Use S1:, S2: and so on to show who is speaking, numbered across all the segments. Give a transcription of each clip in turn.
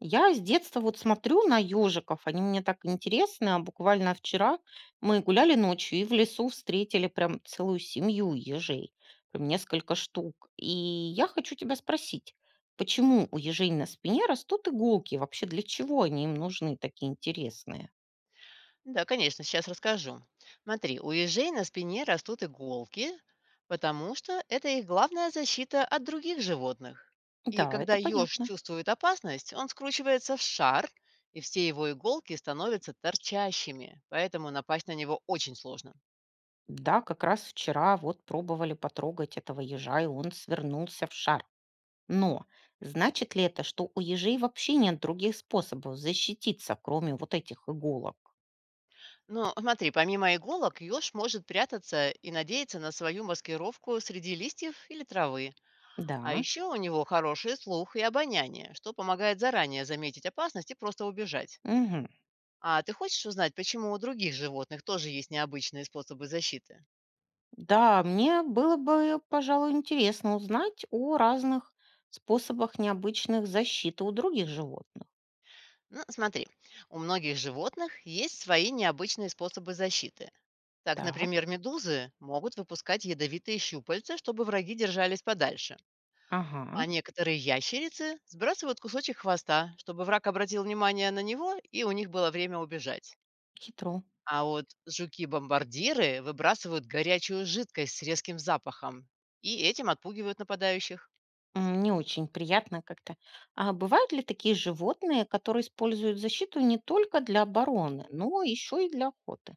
S1: Я с детства вот смотрю на ежиков, они мне так интересны, а буквально вчера мы гуляли ночью и в лесу встретили прям целую семью ежей, прям несколько штук. И я хочу тебя спросить, почему у ежей на спине растут иголки, вообще для чего они им нужны такие интересные?
S2: Да, конечно, сейчас расскажу. Смотри, у ежей на спине растут иголки, потому что это их главная защита от других животных. И
S1: Да,
S2: когда
S1: это
S2: еж
S1: понятно.
S2: чувствует опасность, он скручивается в шар, и все его иголки становятся торчащими, поэтому напасть на него очень сложно.
S1: Да, как раз вчера вот пробовали потрогать этого ежа, и он свернулся в шар. Но значит ли это, что у ежей вообще нет других способов защититься, кроме вот этих иголок?
S2: Но смотри, помимо иголок, еж может прятаться и надеяться на свою маскировку среди листьев или травы. А
S1: Да.
S2: еще у него хороший слух и обоняние, что помогает заранее заметить опасность и просто убежать.
S1: Мгм.
S2: А ты хочешь узнать, почему у других животных тоже есть необычные способы защиты?
S1: Да, мне было бы, пожалуй, интересно узнать о разных способах необычных защиты у других животных.
S2: Ну, смотри, у многих животных есть свои необычные способы защиты. Так,
S1: Так.
S2: например, медузы могут выпускать ядовитые щупальца, чтобы враги держались подальше. А
S1: Ага.
S2: некоторые ящерицы сбрасывают кусочек хвоста, чтобы враг обратил внимание на него и у них было время убежать.
S1: Хитро.
S2: А вот жуки-бомбардиры выбрасывают горячую жидкость с резким запахом и этим отпугивают нападающих.
S1: М, не очень приятно как-то. А бывают ли такие животные, которые используют защиту не только для обороны, но еще и для охоты?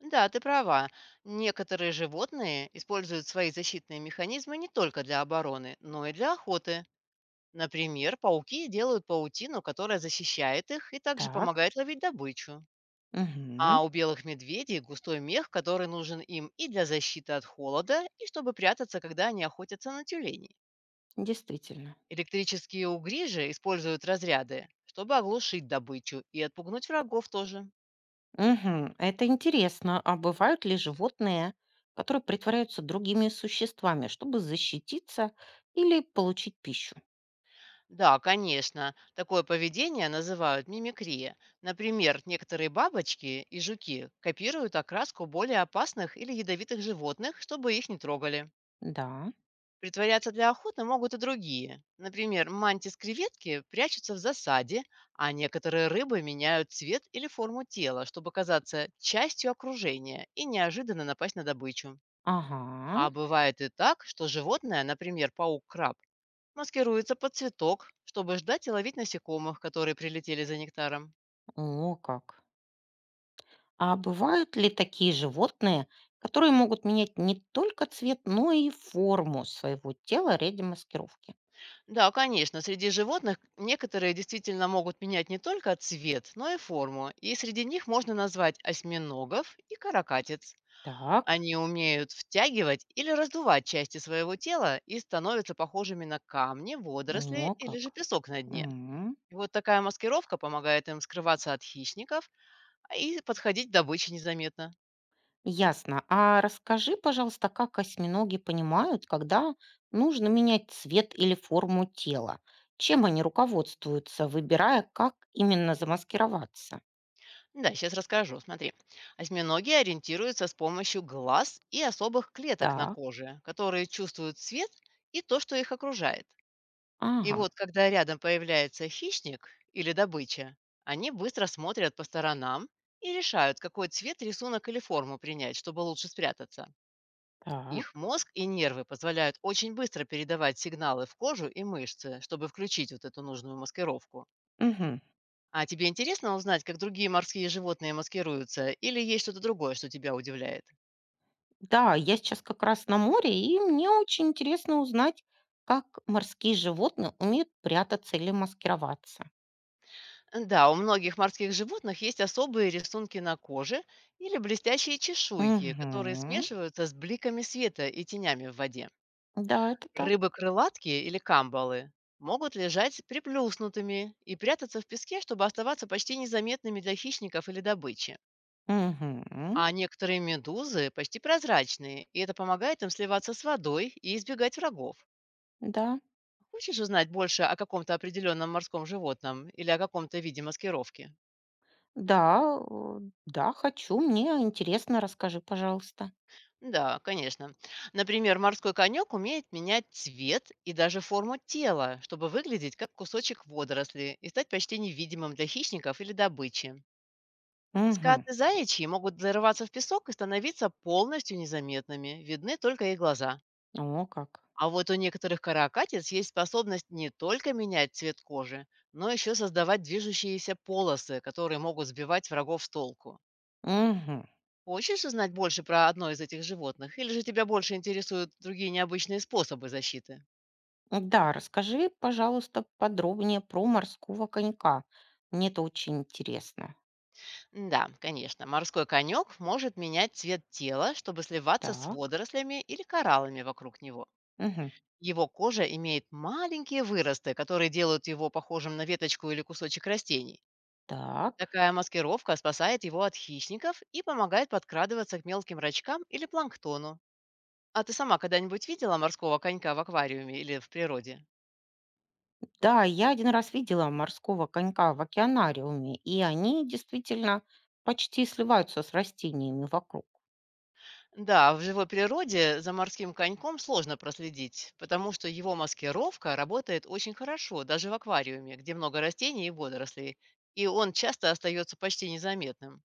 S2: Да, ты права. Некоторые животные используют свои защитные механизмы не только для обороны, но и для охоты. Например, пауки делают паутину, которая защищает их и также
S1: Так.
S2: помогает ловить добычу.
S1: Угу.
S2: А у белых медведей густой мех, который нужен им и для защиты от холода, и чтобы прятаться, когда они охотятся на тюленей.
S1: Действительно.
S2: Электрические угри же используют разряды, чтобы оглушить добычу и отпугнуть врагов тоже.
S1: Мгм. Это интересно. А бывают ли животные, которые притворяются другими существами, чтобы защититься или получить пищу?
S2: Да, конечно. Такое поведение называют мимикрия. Например, некоторые бабочки и жуки копируют окраску более опасных или ядовитых животных, чтобы их не трогали.
S1: Да.
S2: Притворяться для охоты могут и другие. Например, мантис-креветки прячутся в засаде, а некоторые рыбы меняют цвет или форму тела, чтобы казаться частью окружения и неожиданно напасть на добычу. А
S1: Ага.
S2: бывает и так, что животное, например, паук-краб, маскируется под цветок, чтобы ждать и ловить насекомых, которые прилетели за нектаром.
S1: О, как. А бывают ли такие животные, которые могут менять не только цвет, но и форму своего тела ради маскировки?
S2: Да, конечно, среди животных некоторые действительно могут менять не только цвет, но и форму, и среди них можно назвать осьминогов и каракатиц.
S1: Так.
S2: Они умеют втягивать или раздувать части своего тела и становятся похожими на камни, водоросли
S1: О,
S2: или же
S1: как.
S2: песок на дне. И вот такая маскировка помогает им скрываться от хищников а и подходить к добыче незаметно.
S1: Ясно. А расскажи, пожалуйста, как осьминоги понимают, когда нужно менять цвет или форму тела? Чем они руководствуются, выбирая, как именно замаскироваться?
S2: Да, сейчас расскажу. Смотри. Осьминоги ориентируются с помощью глаз и особых клеток на
S1: Так,
S2: коже, которые чувствуют свет и то, что их окружает. И
S1: ага,
S2: вот, когда рядом появляется хищник или добыча, они быстро смотрят по сторонам и решают, какой цвет, рисунок или форму принять, чтобы лучше спрятаться.
S1: так.
S2: Их мозг и нервы позволяют очень быстро передавать сигналы в кожу и мышцы, чтобы включить вот эту нужную маскировку.
S1: Мгм.
S2: А тебе интересно узнать, как другие морские животные маскируются, или есть что-то другое, что тебя удивляет?
S1: Да, я сейчас как раз на море, и мне очень интересно узнать, как морские животные умеют прятаться или маскироваться.
S2: Да, у многих морских животных есть особые рисунки на коже или блестящие чешуйки, которые
S1: Угу.
S2: смешиваются с бликами света и тенями в воде.
S1: Да, это так.
S2: Рыбы-крылатки или камбалы могут лежать приплюснутыми и прятаться в песке, чтобы оставаться почти незаметными для хищников или добычи.
S1: Угу.
S2: А некоторые медузы почти прозрачные, и это помогает им сливаться с водой и избегать врагов.
S1: Да.
S2: Хочешь узнать больше о каком-то определенном морском животном или о каком-то виде маскировки?
S1: Да, да, хочу. Мне интересно, расскажи, пожалуйста.
S2: Да, конечно. Например, морской конек умеет менять цвет и даже форму тела, чтобы выглядеть как кусочек водоросли и стать почти невидимым для хищников или добычи.
S1: Угу.
S2: Скаты заячьи могут зарываться в песок и становиться полностью незаметными, видны только их глаза.
S1: О, как.
S2: А вот у некоторых каракатиц есть способность не только менять цвет кожи, но еще создавать движущиеся полосы, которые могут сбивать врагов с толку.
S1: Угу.
S2: Хочешь узнать больше про одно из этих животных? Или же тебя больше интересуют другие необычные способы защиты?
S1: Да, расскажи, пожалуйста, подробнее про морского конька. Мне это очень интересно.
S2: Да, конечно. Морской конек может менять цвет тела, чтобы сливаться с
S1: Так.
S2: водорослями или кораллами вокруг него.
S1: Угу.
S2: Его кожа имеет маленькие выросты, которые делают его похожим на веточку или кусочек растений.
S1: Так.
S2: Такая маскировка спасает его от хищников и помогает подкрадываться к мелким рачкам или планктону. А ты сама когда-нибудь видела морского конька в аквариуме или в природе?
S1: Да, я один раз видела морского конька в океанариуме, и они действительно почти сливаются с растениями вокруг.
S2: Да, в живой природе за морским коньком сложно проследить, потому что его маскировка работает очень хорошо, даже в аквариуме, где много растений и водорослей, и он часто остается почти незаметным.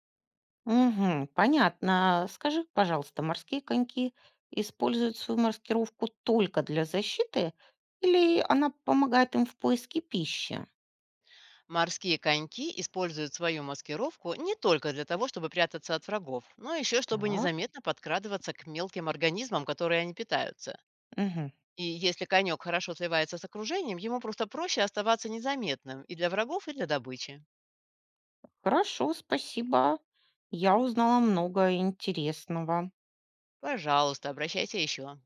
S1: Мгм. Понятно. Скажи, пожалуйста, морские коньки используют свою маскировку только для защиты или она помогает им в поиске пищи?
S2: Морские коньки используют свою маскировку не только для того, чтобы прятаться от врагов, но еще чтобы
S1: Так.
S2: незаметно подкрадываться к мелким организмам, которые они питаются.
S1: Мгм.
S2: И если конек хорошо сливается с окружением, ему просто проще оставаться незаметным и для врагов, и для добычи.
S1: Хорошо, спасибо. Я узнала много интересного.
S2: Пожалуйста, обращайся еще.